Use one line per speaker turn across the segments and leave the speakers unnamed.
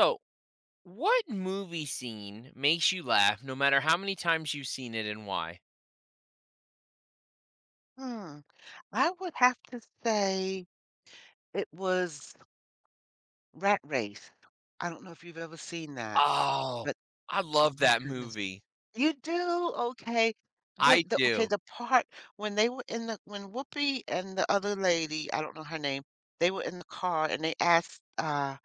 So, what movie scene makes you laugh no matter how many times you've seen it and why?
Hmm, I would have to say it was Rat Race. I don't know if you've ever seen that,
Oh,
but
I
oh
love
my
that
goodness.
movie.
You do? Okay.
I do.
The part when they were in the when Whoopi and the other lady, I don't know her name, they were in the car and they asked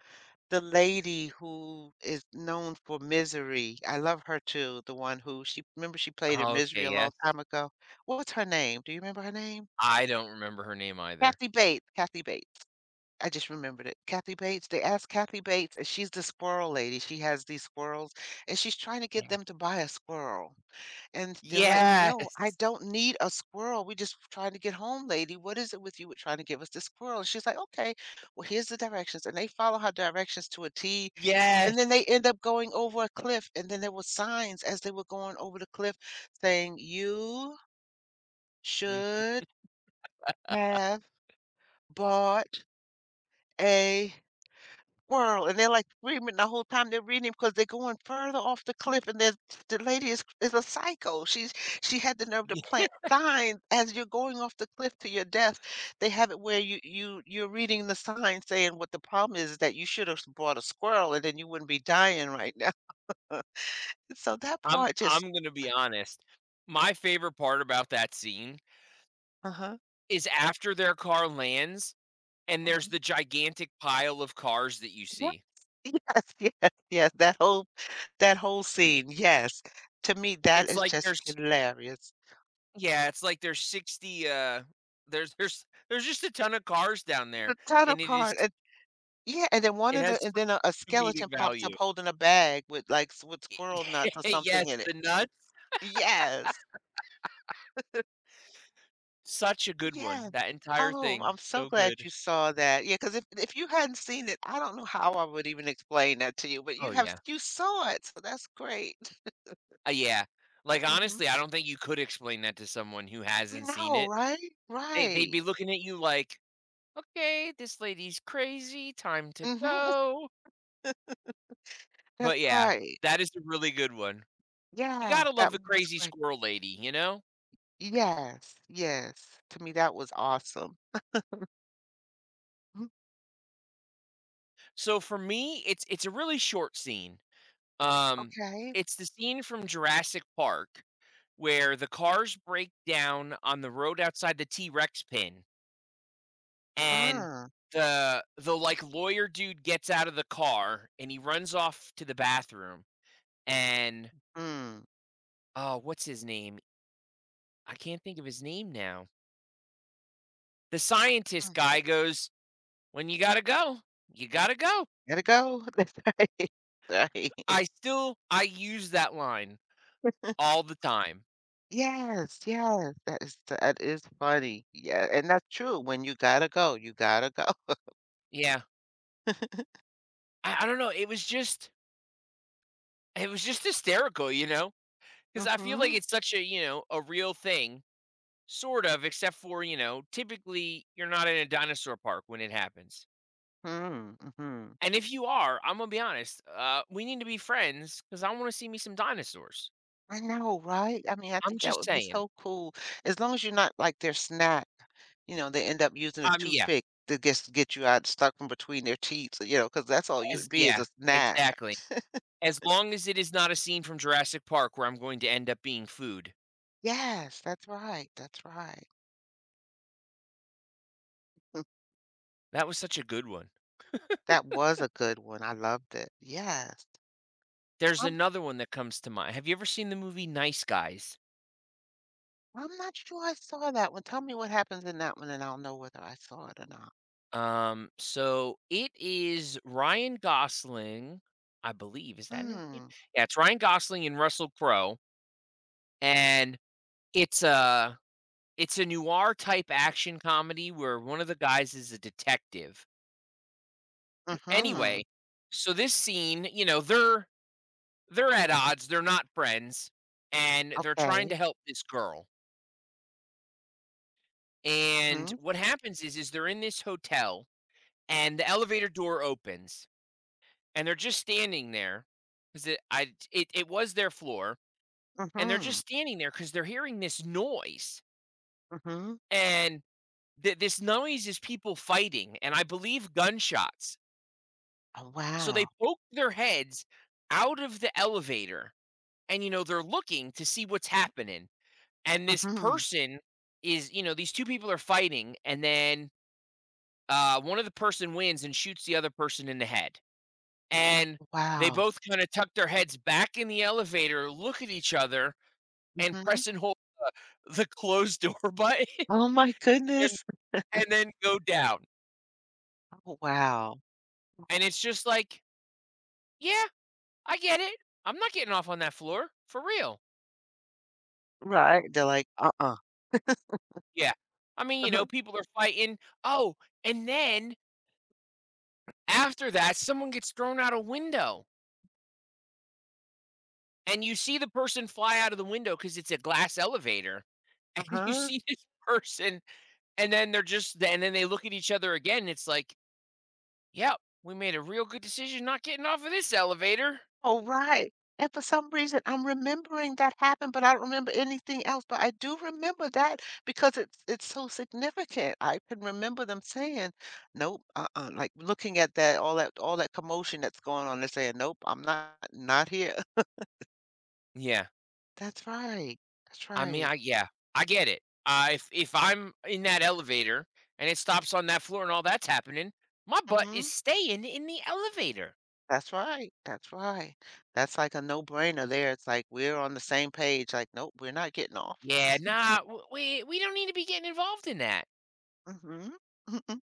the lady who is known for Misery. I love her too, the one who she remember she played in Misery
Okay,
a long
yes.
time ago. What's her name? Do you remember her name?
I don't remember her name either.
Kathy Bates. Kathy Bates. I just remembered it. Kathy Bates. They asked Kathy Bates, and she's the squirrel lady. She has these squirrels, and she's trying to get
Yeah.
them to buy a squirrel. And they're like, "No, I
Yes.
don't need a squirrel. We're just trying to get home, lady. What is it with you with trying to give us the squirrel?" And she's like, "Okay, well, here's the directions." And they follow her directions to a T, and then
Yes.
they end up going over a cliff. And then there were signs as they were going over the cliff saying, "You
Mm,
should have bought a Whirl, and they're, like, screaming the whole time they're reading because 'cause they're going further off the cliff, and there's the lady is a psycho. She's she had the nerve to
yeah.
plant signs as you're going off the cliff to your death. They have it where you're reading the sign saying what the problem is that you should have brought a squirrel, and then you wouldn't be dying right now. So that
I'm
part just.
I'm going to be honest. My favorite part about that scene
Uh-huh.
is after their car lands and there's
Mhm.
the gigantic pile of cars that you
Yeah.
see.
Yes, yes, yes, that whole scene, yes. To me, that
It's
is
like
just
there's
hilarious.
Yeah, it's like there's 60 there's just a ton of cars down there
The title
and it is
card. Yeah, and then one
it
of
has
the and
such
then a
comedic
skeleton pops
value.
up holding a bag with, like, s with squirrel nuts or something
Yes,
in it.
the nuts,
Yes.
such a good one.
Yeah.
That entire
Oh,
thing,
I'm so
so
glad
good.
you saw that. Yeah, because if you hadn't seen it, I don't know how I would even explain that to you, but
Oh yeah.
you saw it, so that's great.
Yeah. Like
Mhm.
honestly, I don't think you could explain that to someone who
You
hasn't seen
know,
it.
right?
They'd
Right.
be looking at you like, "Okay, this lady's crazy, time to
Mhm.
go." But
That's
yeah,
right.
that is a really good one. You got to
Yes,
love
that
the
one was
crazy
great.
squirrel lady, you know?
Yes, yes. To me, that was awesome. Mhm.
So for me, it's a really short scene. Um,
Okay.
it's the scene from Jurassic Park where the cars break down on the road outside the T Rex pin, and
Uh,
the like lawyer dude gets out of the car and he runs off to the bathroom. And
mm.
oh, what's his name? I can't think of his name now. The scientist guy goes, "When you gotta go, you gotta go."
Gotta go. That's right. Right.
I use that line all the time.
Yes, yes. That is funny. Yeah, and that's true. When you gotta go, you gotta go.
Yeah. I don't know, it was just hysterical, you know. Because I feel like
mm
it's such a, you know, a real thing, sort of, except for, you know, typically, you're not in a dinosaur park when it happens.
Mhm. Mhm.
And if you are, I'm gonna be honest, we need to be friends because I wanna see me some dinosaurs.
I know, right? I mean, I
I'm
think that
just
would be
saying.
so cool. As long as you're not like their snack, you know, they end up using a
Um, yeah,
toothpick to just get you out stuck from between their teeth, you know, because that's all you
as
would be is
yeah,
a snack.
exactly. As long as it is not a scene from Jurassic Park where I'm going to end up being food.
Yes, that's right. That's right.
That was such a good one.
That was a good one. I loved it. Yes.
There's another one that comes to mind. Have you ever seen the movie Nice Guys?
I'm not sure I saw that one. Tell me what happens in that one, and I'll know whether I saw it or not.
So it is Ryan Gosling, I believe. Is that
Hmm.
his name?
Mm.
Yeah, it's Ryan Gosling and Russell Crowe, and it's a it's a noir type action comedy where one of the guys is a detective. Anyway,
Mhm.
so this scene, you know, they're at odds. They're not friends, and they're trying to
Okay.
help this girl. And
Mhm.
what happens is they're in this hotel, and the elevator door opens. And they're just standing there, cause it I it it was their floor, and they're just
Mhm.
standing there because 'cause they're hearing this noise,
Mhm.
and th this noise is people fighting, and I believe gunshots.
Oh,
So they
wow.
poke their heads out of the elevator, and, you know, they're looking to see what's happening, and this
Mhm.
person is you know, these 2 people are fighting, and then, one of the person wins and shoots the other person in the head. And they
Wow.
both kind of tuck their heads back in the elevator, look at each other, and
Mhm.
press and hold the closed door button,
Oh my
and
goodness.
then go down.
Oh, wow.
And it's just like, yeah, I get it. I'm not getting off on that floor for real.
Right. They're like, uh-uh.
Yeah, I mean, you know,
Uh-huh.
people are fighting. Oh, and then after that, someone gets thrown out a window, and you see the person fly out of the window because it's a glass elevator, and you
Uh-huh.
see this person, and then they look at each other again. And it's like, yep, we made a real good decision not getting off of this elevator.
Oh, right. And for some reason, I'm remembering that happened, but I don't remember anything else. But I do remember that because it's so significant. I can remember them saying, "Nope," uh-uh. Like looking at that, all that, all that commotion that's going on, they're saying, "Nope, I'm not, not here."
Yeah,
That's right. That's right.
yeah, I get it. If I'm in that elevator and it stops on that floor and all that's happening, my butt
hmm
is staying in the elevator.
That's right. That's right. That's like a no-brainer there. It's like we're on the same page. Like, nope, we're not getting off.
Yeah, nah, we don't need to be getting involved in that.
hmm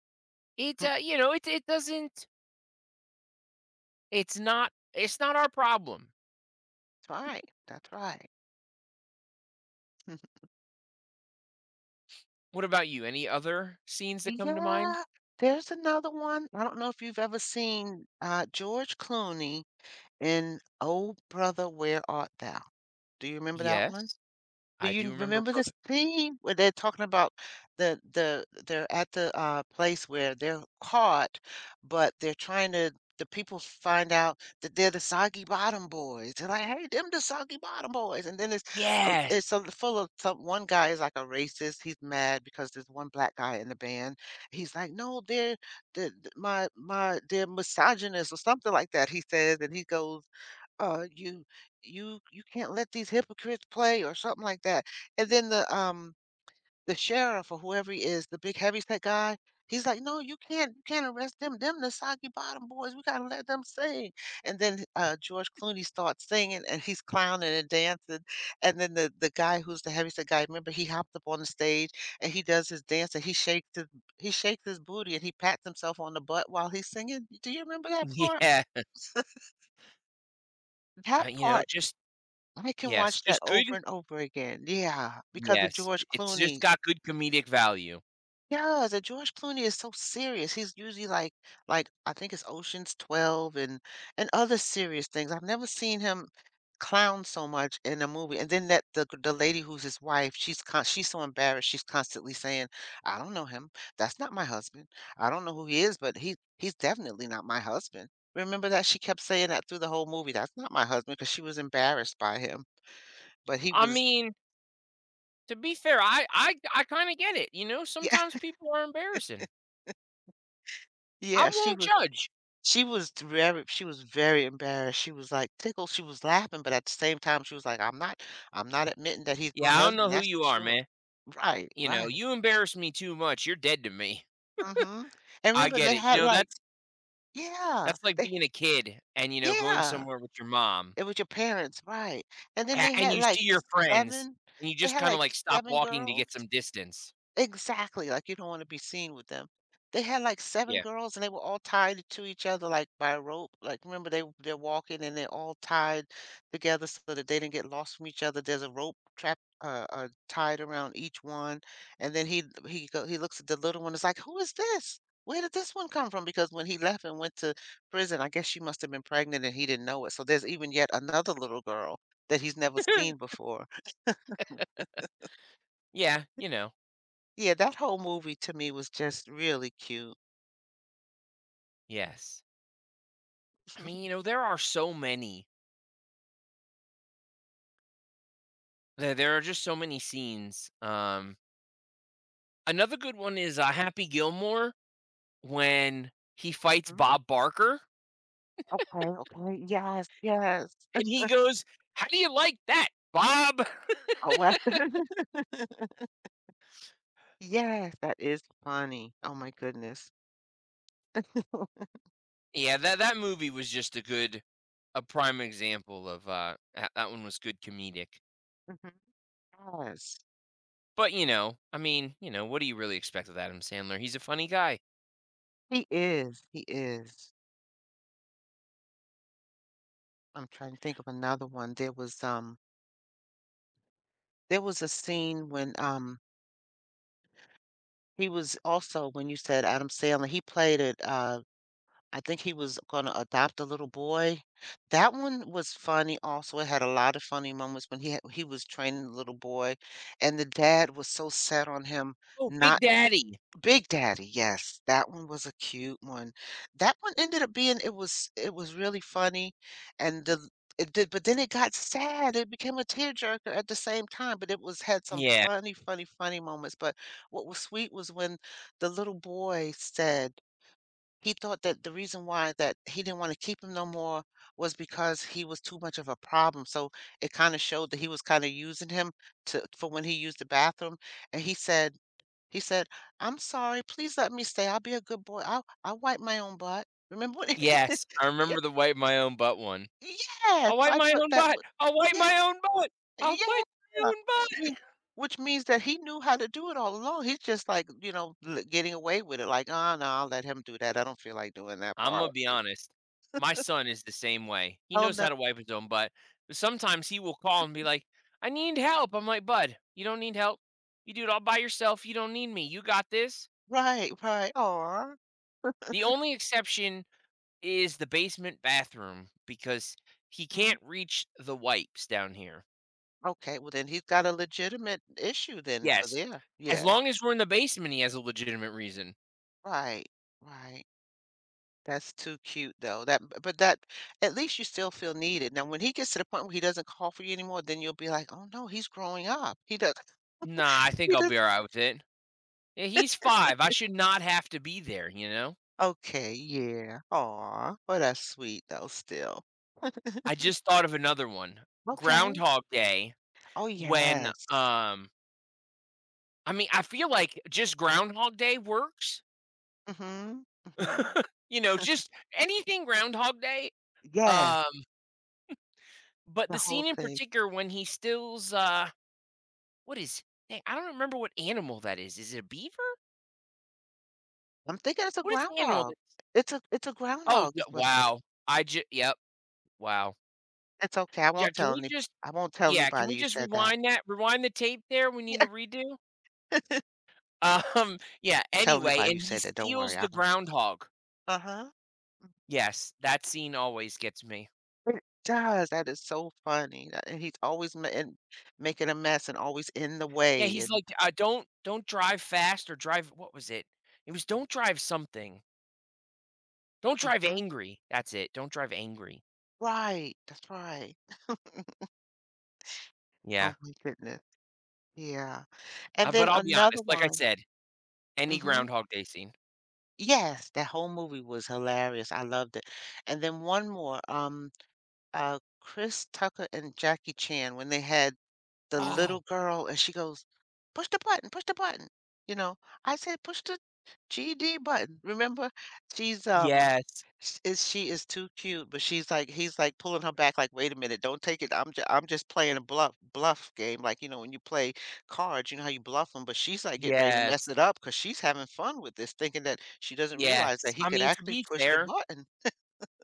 It
That's
you know, it doesn't. It's not. It's not our problem.
right. That's right. hmm
What about you? Any other scenes that come to mind?
Yeah, there's another one. I don't know if you've ever seen George Clooney in Oh Brother, Where Art Thou? Do you remember that one?
Yes,
Do
I do
you
remember,
remember this
brother.
scene where they're talking about the they're at the place where they're caught, but they're trying to the people find out that they're the Soggy Bottom Boys. They're like, "Hey, them the Soggy Bottom Boys," and then it's
Yes.
full of some, one guy is like a racist. He's mad because there's one black guy in the band. He's like, "No, they're the, my they're misogynist or something like that." He says, and he goes uh you you can't let these hypocrites play or something like that, and then the sheriff or whoever he is, the big heavyset guy, he's like, no, you can't arrest them the Soggy Bottom Boys, we gotta let them sing. And then George Clooney starts singing and he's clowning and dancing, and then the guy who's the heavyset guy, remember, he hopped up on the stage and he does his dance and he shakes his booty and he pats himself on the butt while he's singing. Do you remember that part?
Yeah.
That
You know,
part
just
I can
yes,
watch that
just good
over and over again. Yeah, because of
Yes, j
George
it's just
Clooney.
got good comedic value.
Yeah, the George Clooney is so serious. He's usually like I think it's Ocean's 12 and other serious things. I've never seen him clown so much in a movie. And then that the lady who's his wife, she's so embarrassed. She's constantly saying, "I don't know him. That's not my husband. I don't know who he is, but he's definitely not my husband." Remember that she kept saying that through the whole movie. That's not my husband because she was embarrassed by him, but he
I
was
mean, to be fair, I kinda get it, you know,
yeah.
sometimes people are embarrassing. I
Yeah,
won't judge.
she was very embarrassed. She was, like, tickled, she was laughing, but at the same time, she was like, I'm not admitting that he's my
Yeah, I don't know
husband,
who
that's for
you are,
sure."
man.
Right,
You know,
right.
you embarrass me too much, you're dead to me.
Mhm. And
I
remember
get
they
it, you
had,
know,
like. Yeah,
that's like
they.
being a kid and, you know, going
Yeah,
somewhere with your mom,
it was your parents, right. And then
a
they
and
had,
you
like,
see your friends,
7
and you
they
just
had,
kinda,
like,
like, stop
7
walking to
girls.
get some distance.
Exactly, like, you don't wanna be seen with them. They had, like, 7
Yeah.
girls, and they were all tied to each other, like, by a rope, like, remember they're walking, and they're all tied together so that they didn't get lost from each other, there's a rope trap tied around each one, and then he looks at the little one, it's like, "Who is this? Where did this one come from?" Because when he left and went to prison, I guess she must have been pregnant and he didn't know it, so there's even yet another little girl that he's never seen before.
Yeah, you know,
Yeah, that whole movie to me was just really cute.
yes. I mean, you know, there are so many There are just so many scenes, another good one is, Happy Gilmore when he fights
Mhm.
Bob Barker,
Okay, okay. Yes, yes.
and he goes, "How do you like that, Bob?"
Oh, well. Yes, that is funny. Oh my goodness.
Yeah, that movie was just a prime example of, that one was good comedic,
Mhm. Yes.
but, you know, I mean, you know, what do you really expect of Adam Sandler? He's a funny guy.
He is. He is. I'm trying to think of another one. There was a scene when he was also when you said Adam Sandler, he played it I think he was gonna adopt a little boy. That one was funny also, it had a lot of funny moments when he was training the little boy, and the dad was so set on him
Oh, Big
not.
Daddy.
Big Daddy, yes, that one was a cute one. That one ended up being it was really funny, and the it did, but then it got sad, it became a tearjerker at the same time, but it was had some
Yeah.
funny, funny, funny moments, but what was sweet was when the little boy said he thought that the reason why that he didn't wanna keep him no more was because he was too much of a problem, so it kinda showed that he was kinda using him to for when he used the bathroom, and he said, "I'm sorry, please let me stay, I'll be a good boy, I'll wipe my own butt." Remember when.
Yes, I
Ye
remember the wipe my own butt one.
Yeah,
"I'll
so
wipe
I
my
thought
own
that
butt.
was
I'll wipe
yeah,
my own butt. I'll
yeah,
wipe my own
which
butt."
means which means that he knew how to do it all along, he's just, like, you know, l getting away with it, like, "Oh, no, I'll let him do that, I don't feel like doing that part."
Imma be honest, my son is the same way. He
Oh,
knows
no.
how to wipe his own butt, but sometimes he will call and be like, "I need help." I'm like, "Bud, you don't need help. You do it all by yourself. You don't need me. You got this."
Right, right. Aw.
The only exception is the basement bathroom because he
Mhm.
can't reach the wipes down here.
Okay, well, then he's got a legitimate issue then for
Yes,
there.
as
Yes.
long as we're in the basement, he has a legitimate reason.
Right, right. That's too cute, though. That b but that at least you still feel needed. Now when he gets to the point where he doesn't call for you anymore, then you'll be like, "Oh, no, he's growing up. He does.
Nah, I think
He
I'll be
does."
alright with it. Yeah, he's 5. I should not have to be there, you know?
Okay, yeah. Aw. Well, that's sweet, though, still.
I just thought of another one.
Okay.
Groundhog Day.
Oh,
When,
yes.
um I feel like just Groundhog Day works.
Mhm, mhm.
You know, just anything Groundhog Day,
Yes,
um, but
the
the
whole
scene in
thing.
particular when he steals, what is dang, I don't remember what animal that is. Is it a beaver?
I'm thinking it's a
What is the animal
groundhog.
that's
It's a
Oh,
groundhog
d
is what.
wow. I just yep, wow.
It's okay, I
Yeah,
won't
can
tell
we
any.
just
I won't tell
yeah, can
anybody
we
you
just
said that.
rewind that? Rewind the tape there, we need to
Yeah.
redo? Yeah,
Tell
anyway,
anybody
and
you
he
said that, don't
steals
worry, I
the
won't.
groundhog.
Uh-huh.
Yes, that scene always gets me.
It does, that is so funny, that, and he's always ma and making a mess and always in the
Yeah,
way
he's
and
like, don't drive fast or drive" what was it? It was "Don't drive something. Don't drive
mhm.
angry." That's it, "Don't drive angry."
Right, that's right.
Yeah,
Oh my goodness, yeah. And
but
then
I'll be honest,
another
like I
one
said, any
mhm.
Groundhog Day scene.
Yes, that whole movie was hilarious, I loved it. And then one more, Chris Tucker and Jackie Chan when they had the little
Oh,
girl and she goes, "Push the button, push the button." You know, I said, "Push the GD button." Remember, she's
yes,
sh- is she is too cute, but she's like he's like pulling her back like, "Wait a minute, don't take it. I'm just playing a bluff game like, you know, when you play cards, you know how you bluff them, but she's like getting ready to mess
yes,
it up cuz she's having fun with this thinking that she doesn't realize
yes.
that he
I
could
mean, to
actually
be
push the
fair,
button.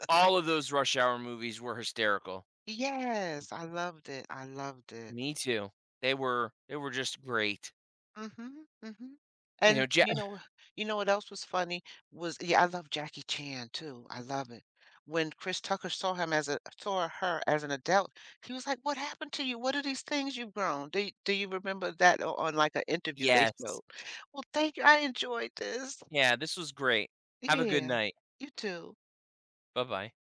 all of those Rush Hour movies were hysterical.
Yes, I loved it. I loved it.
Me too. They were just great.
Mhm, mhm.
You know,
And
Ja
you know what else was funny? Was yeah, I love Jackie Chan too. I love it. When Chris Tucker saw him as a saw her as an adult, he was like, "What happened to you? What are these things you've grown?" Do you remember that on like an interview they
Yes.
showed? Well, thank you. I enjoyed this.
Yeah, this was great. Have a good
Yeah,
night.
you too.
Bye-bye.